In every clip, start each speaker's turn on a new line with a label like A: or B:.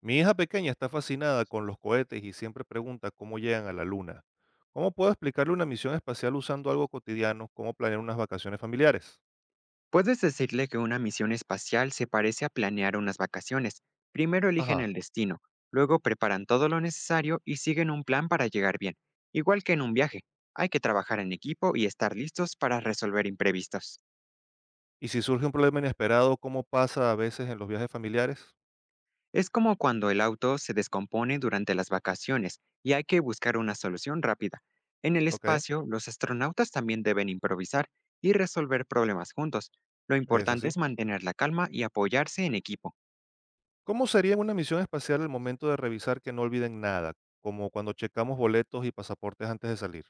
A: Mi hija pequeña está fascinada con los cohetes y siempre pregunta cómo llegan a la luna. ¿Cómo puedo explicarle una misión espacial usando algo cotidiano, como planear unas vacaciones familiares?
B: Puedes decirle que una misión espacial se parece a planear unas vacaciones. Primero eligen
A: Ajá.
B: el destino, luego preparan todo lo necesario y siguen un plan para llegar bien. Igual que en un viaje, hay que trabajar en equipo y estar listos para resolver imprevistos.
A: Y si surge un problema inesperado, ¿cómo pasa a veces en los viajes familiares?
B: Es como cuando el auto se descompone durante las vacaciones y hay que buscar una solución rápida. En el
A: Ok,
B: espacio, los astronautas también deben improvisar y resolver problemas juntos. Lo
A: es
B: importante
A: así.
B: es mantener la calma y apoyarse en equipo.
A: ¿Cómo sería una misión espacial el momento de revisar que no olviden nada, como cuando checamos boletos y pasaportes antes de salir?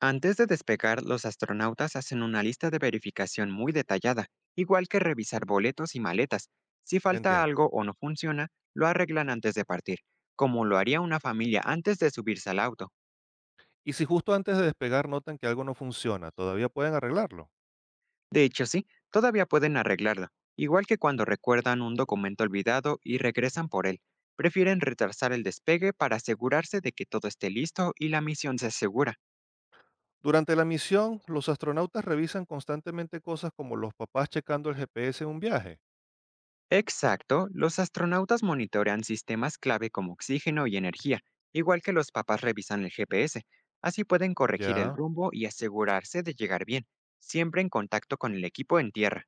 B: Antes de despegar, los astronautas hacen una lista de verificación muy detallada, igual que revisar boletos y maletas. Si falta
A: Entiendo.
B: algo o no funciona, lo arreglan antes de partir, como lo haría una familia antes de subirse al auto.
A: Y si justo antes de despegar notan que algo no funciona, ¿todavía pueden arreglarlo?
B: De hecho, sí, todavía pueden arreglarlo, igual que cuando recuerdan un documento olvidado y regresan por él. Prefieren retrasar el despegue para asegurarse de que todo esté listo y la misión se asegura.
A: Durante la misión, los astronautas revisan constantemente cosas como los papás checando el GPS en un viaje.
B: Exacto, los astronautas monitorean sistemas clave como oxígeno y energía, igual que los papás revisan el GPS. Así pueden corregir el
A: Ya.
B: rumbo y asegurarse de llegar bien, siempre en contacto con el equipo en tierra.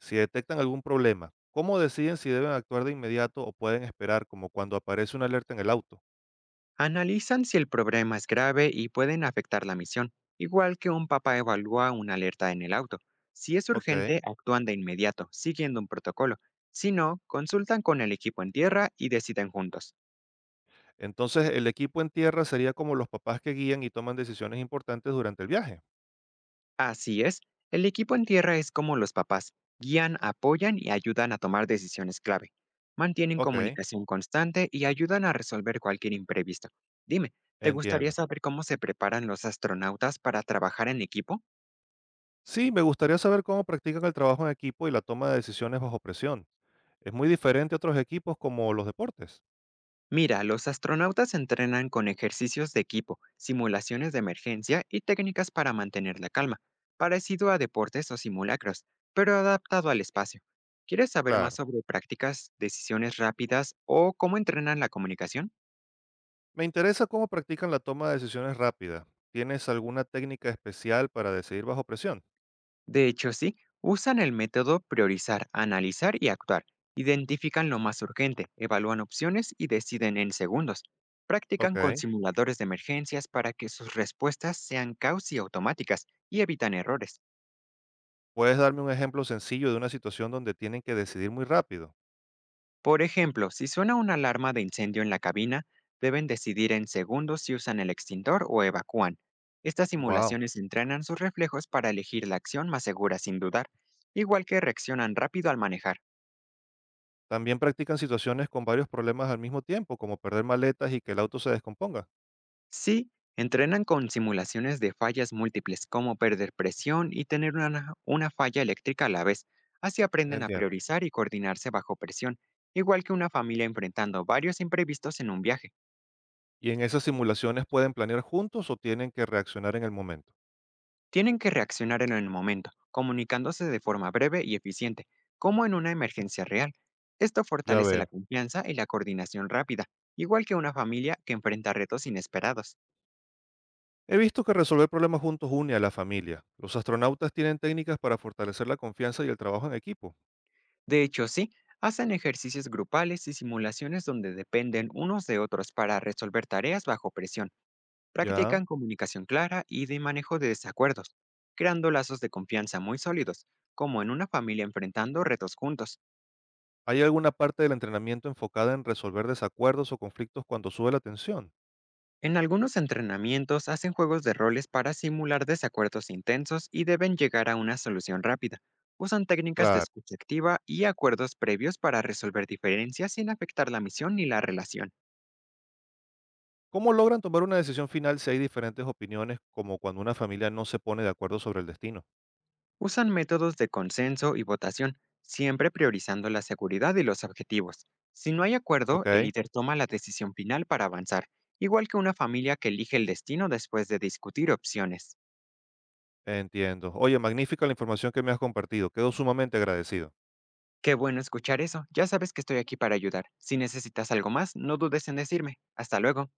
A: Si detectan algún problema, ¿cómo deciden si deben actuar de inmediato o pueden esperar, como cuando aparece una alerta en el auto?
B: Analizan si el problema es grave y pueden afectar la misión, igual que un papá evalúa una alerta en el auto. Si es
A: Ok.
B: urgente, actúan de inmediato, siguiendo un protocolo. Si no, consultan con el equipo en tierra y deciden juntos.
A: Entonces, el equipo en tierra sería como los papás que guían y toman decisiones importantes durante el viaje.
B: Así es, el equipo en tierra es como los papás, guían, apoyan y ayudan a tomar decisiones clave. Mantienen
A: Ok.
B: comunicación constante y ayudan a resolver cualquier imprevisto. Dime, ¿te gustaría
A: Entiendo.
B: saber cómo se preparan los astronautas para trabajar en equipo?
A: Sí, me gustaría saber cómo practican el trabajo en equipo y la toma de decisiones bajo presión. Es muy diferente a otros equipos como los deportes.
B: Mira, los astronautas entrenan con ejercicios de equipo, simulaciones de emergencia y técnicas para mantener la calma, parecido a deportes o simulacros, pero adaptado al espacio. ¿Quieres saber más
A: Claro.
B: sobre prácticas, decisiones rápidas o cómo entrenan la comunicación?
A: Me interesa cómo practican la toma de decisiones rápida. ¿Tienes alguna técnica especial para decidir bajo presión?
B: De hecho, sí, usan el método priorizar, analizar y actuar. Identifican lo más urgente, evalúan opciones y deciden en segundos. Practican con
A: Ok.
B: simuladores de emergencias para que sus respuestas sean causi automáticas y evitan errores.
A: ¿Puedes darme un ejemplo sencillo de una situación donde tienen que decidir muy rápido?
B: Por ejemplo, si suena una alarma de incendio en la cabina, deben decidir en segundos si usan el extintor o evacúan. Estas
A: Wow.
B: simulaciones entrenan sus reflejos para elegir la acción más segura sin dudar, igual que reaccionan rápido al manejar.
A: También practican situaciones con varios problemas al mismo tiempo, como perder maletas y que el auto se descomponga.
B: Sí, entrenan con simulaciones de fallas múltiples, como perder presión y tener una falla eléctrica a la vez. Así aprenden a
A: Entiendo.
B: priorizar y coordinarse bajo presión, igual que una familia enfrentando varios imprevistos en un viaje.
A: ¿Y en esas simulaciones pueden planear juntos o tienen que reaccionar en el momento?
B: Tienen que reaccionar en el momento, comunicándose de forma breve y eficiente, como en una emergencia real. Esto
A: Ya
B: fortalece la
A: veo.
B: confianza y la coordinación rápida, igual que una familia que enfrenta retos inesperados.
A: He visto que resolver problemas juntos une a la familia. Los astronautas tienen técnicas para fortalecer la confianza y el trabajo en equipo.
B: De hecho, sí, hacen ejercicios grupales y simulaciones donde dependen unos de otros para resolver tareas bajo presión.
A: Ya.
B: Practican comunicación clara y de manejo de desacuerdos, creando lazos de confianza muy sólidos, como en una familia enfrentando retos juntos.
A: ¿Hay alguna parte del entrenamiento enfocada en resolver desacuerdos o conflictos cuando sube la tensión?
B: En algunos entrenamientos hacen juegos de roles para simular desacuerdos intensos y deben llegar a una solución rápida. Usan técnicas de
A: Claro.
B: escucha activa y acuerdos previos para resolver diferencias sin afectar la misión ni la relación.
A: ¿Cómo logran tomar una decisión final si hay diferentes opiniones, como cuando una familia no se pone de acuerdo sobre el destino?
B: Usan métodos de consenso y votación, siempre priorizando la seguridad y los objetivos. Si no hay acuerdo, el
A: Ok,
B: líder toma la decisión final para avanzar, igual que una familia que elige el destino después de discutir opciones.
A: entiendo. Oye, magnífica la información que me has compartido. Quedo sumamente agradecido.
B: Qué bueno escuchar eso, ya sabes que estoy aquí para ayudar. Si necesitas algo más, no dudes en decirme. Hasta luego.